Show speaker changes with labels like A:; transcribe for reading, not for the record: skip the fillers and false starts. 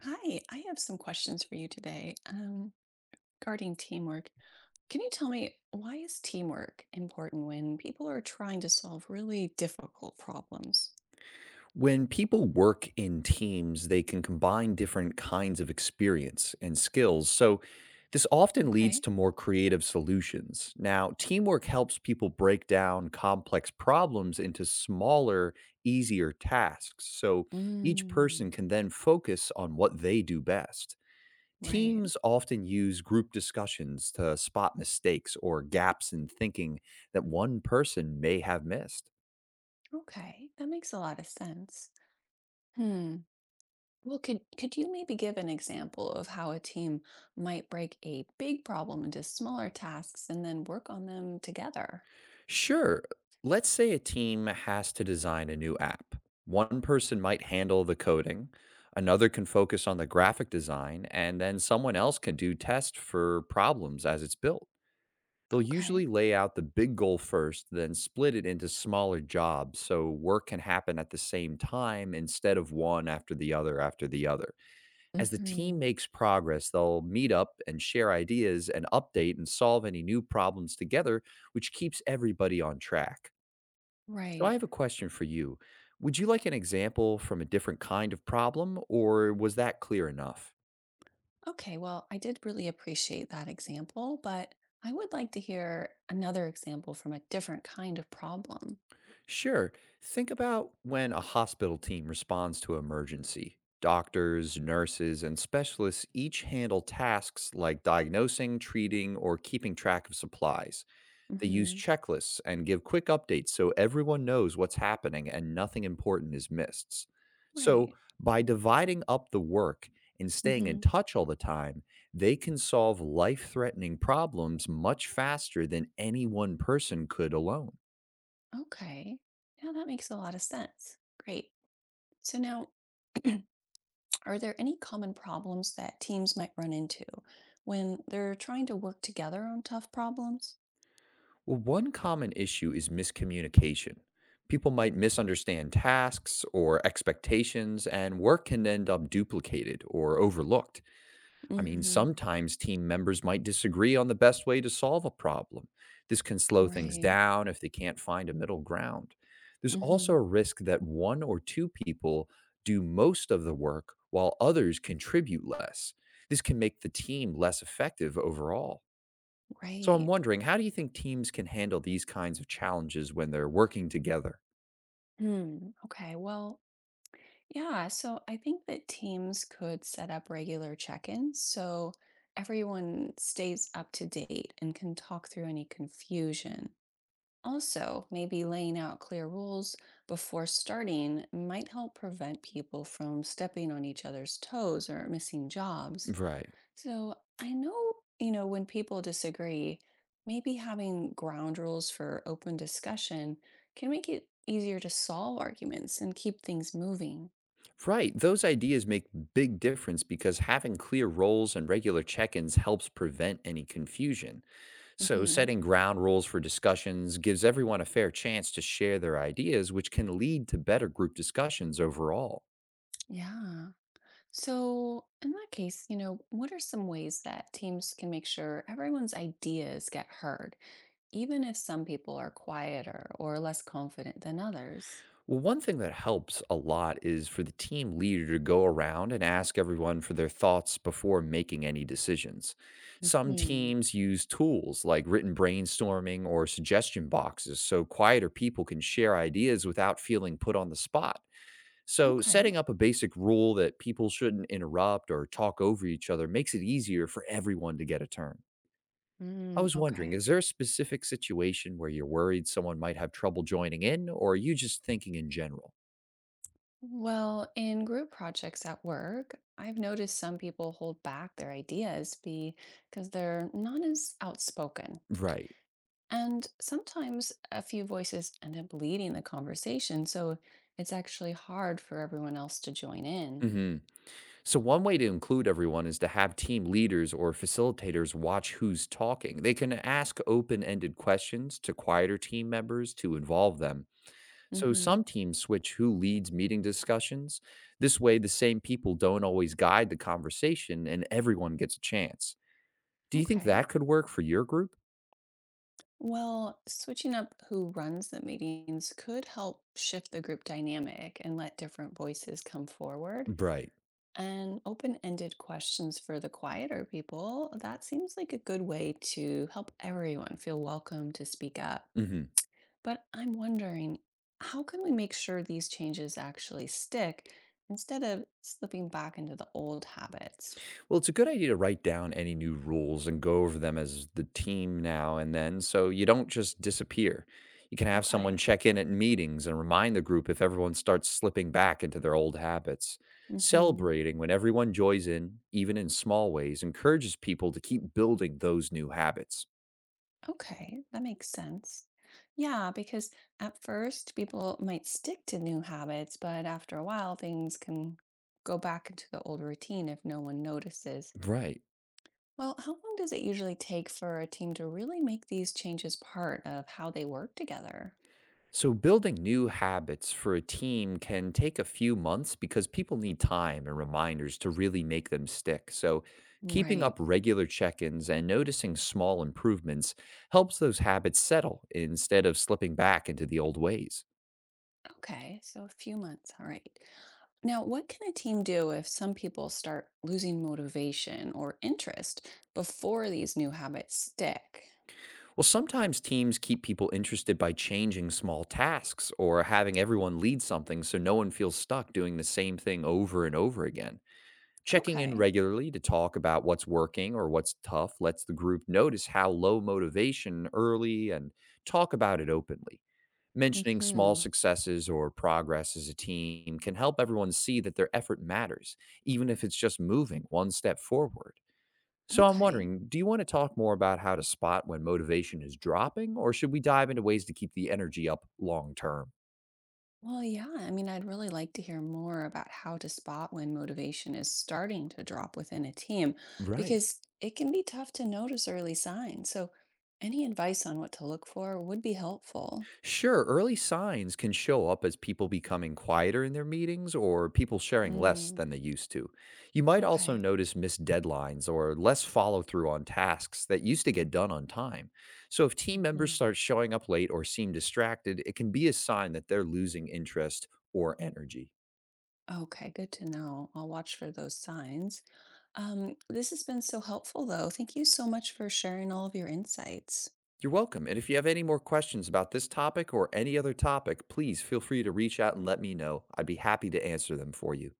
A: Hi, I have some questions for you today regarding teamwork. Can you tell me why is teamwork important when people are trying to solve really difficult problems?
B: When people work in teams, they can combine different kinds of experience and skills. So, this often leads
A: Okay.
B: to more creative solutions. Now, teamwork helps people break down complex problems into smaller, easier tasks. So, each person
A: Mm,
B: can then focus on what they do best.
A: right.
B: Teams often use group discussions to spot mistakes or gaps in thinking that one person may have missed.
A: Okay. That makes a lot of sense. Hmm. Well, could you maybe give an example of how a team might break a big problem into smaller tasks and then work on them together?
B: Sure. Let's say a team has to design a new app. One person might handle the coding, another can focus on the graphic design, and then someone else can do tests for problems as it's built. They'll
A: Okay.
B: usually lay out the big goal first, then split it into smaller jobs so work can happen at the same time instead of one after the other after the other. As the team
A: Hmm.
B: makes progress, they'll meet up and share ideas and update and solve any new problems together, which keeps everybody on track. So, I
A: Right.
B: have a question for you. Would you like an example from a different kind of problem, or was that clear enough?
A: Okay, well, I did really appreciate that example, but I would like to hear another example from a different kind of problem.
B: Sure. Think about when a hospital team responds to an emergency. Doctors, nurses, and specialists each handle tasks like diagnosing, treating, or keeping track of supplies. They use
A: Hmm.
B: checklists and give quick updates so everyone knows what's happening and nothing important is missed. So,
A: Right.
B: by dividing up the work and staying
A: Hmm.
B: in touch all the time, they can solve life threatening problems much faster than any one person could alone.
A: Okay. Yeah, that makes a lot of sense. Great. So now, are there any common problems that teams might run into when they're trying to work together on tough problems?
B: Well, one common issue is miscommunication. People might misunderstand tasks or expectations, and work can end up duplicated or overlooked.
A: Hmm.
B: Sometimes team members might disagree on the best way to solve a problem. This can slow things
A: Right.
B: down if they can't find a middle ground. There's also
A: Hmm.
B: a risk that one or two people do most of the work while others contribute less. This can make the team less effective overall. So, I'm
A: Right.
B: wondering, how do you think teams can handle these kinds of challenges when they're working together?
A: Hmm. Okay. Well, yeah, so I think that teams could set up regular check-ins so everyone stays up to date and can talk through any confusion. Also, maybe laying out clear rules before starting might help prevent people from stepping on each other's toes or missing jobs.
B: Right.
A: So I know, when people disagree, maybe having ground rules for open discussion can make it easier to solve arguments and keep things moving.
B: Right. Those ideas make big difference because having clear roles and regular check-ins helps prevent any confusion. So,
A: Mhm.
B: setting ground rules for discussions gives everyone a fair chance to share their ideas, which can lead to better group discussions overall.
A: Yeah. So, in that case, what are some ways that teams can make sure everyone's ideas get heard, even if some people are quieter or less confident than others?
B: Well, one thing that helps a lot is for the team leader to go around and ask everyone for their thoughts before making any decisions. Some
A: Hmm.
B: teams use tools like written brainstorming or suggestion boxes so quieter people can share ideas without feeling put on the spot. So,
A: Okay.
B: setting up a basic rule that people shouldn't interrupt or talk over each other makes it easier for everyone to get a turn. I
A: Mm,
B: was wondering,
A: okay.
B: is there a specific situation where you're worried someone might have trouble joining in, or are you just thinking in general?
A: Well, in group projects at work, I've noticed some people hold back their ideas because they're not as outspoken.
B: Right.
A: And sometimes a few voices end up leading the conversation, so it's actually hard for everyone else to join in.
B: hmm So, one way to include everyone is to have team leaders or facilitators watch who's talking. They can ask open ended questions to quieter team members to involve them. So, some
A: Hmm.
B: teams switch who leads meeting discussions. This way, the same people don't always guide the conversation and everyone gets a chance. Do you think
A: Okay.
B: that could work for your group?
A: Well, switching up who runs the meetings could help shift the group dynamic and let different voices come forward.
B: Right.
A: And open ended questions for the quieter people, that seems like a good way to help everyone feel welcome to speak up.
B: Hmm.
A: But I'm wondering, how can we make sure these changes actually stick instead of slipping back into the old habits?
B: Well, it's a good idea to write down any new rules and go over them as the team now and then so you don't just disappear. You can have someone
A: Okay.
B: check in at meetings and remind the group if everyone starts slipping back into their old habits.
A: Hmm.
B: Celebrating when everyone joins in, even in small ways, encourages people to keep building those new habits.
A: Okay, that makes sense. Yeah, because at first people might stick to new habits, but after a while things can go back into the old routine if no one notices.
B: Right.
A: Well, how long does it usually take for a team to really make these changes part of how they work together?
B: So, building new habits for a team can take a few months because people need time and reminders to really make them stick. So, keeping
A: Right.
B: up regular check-ins and noticing small improvements helps those habits settle instead of slipping back into the old ways.
A: Okay, so a few months. All right. Now, what can a team do if some people start losing motivation or interest before these new habits stick?
B: Well, sometimes teams keep people interested by changing small tasks or having everyone lead something so no one feels stuck doing the same thing over and over again. Checking in
A: Okay.
B: regularly to talk about what's working or what's tough lets the group notice how low motivation early and talk about it openly. Mentioning small
A: Hmm.
B: successes or progress as a team can help everyone see that their effort matters, even if it's just moving one step forward. So, I'm
A: Okay.
B: wondering, do you want to talk more about how to spot when motivation is dropping, or should we dive into ways to keep the energy up long term?
A: Well, yeah, I'd really like to hear more about how to spot when motivation is starting to drop within a team
B: Right.
A: because it can be tough to notice early signs. So, any advice on what to look for would be helpful.
B: Sure, early signs can show up as people becoming quieter in their meetings or people sharing less
A: Mm-hmm.
B: than they used to. You might also
A: Okay.
B: notice missed deadlines or less follow through on tasks that used to get done on time. So, if team
A: Hmm.
B: members start showing up late or seem distracted, it can be a sign that they're losing interest or energy.
A: Okay, good to know. I'll watch for those signs. This has been so helpful, though. Thank you so much for sharing all of your insights.
B: You're welcome. And if you have any more questions about this topic or any other topic, please feel free to reach out and let me know. I'd be happy to answer them for you.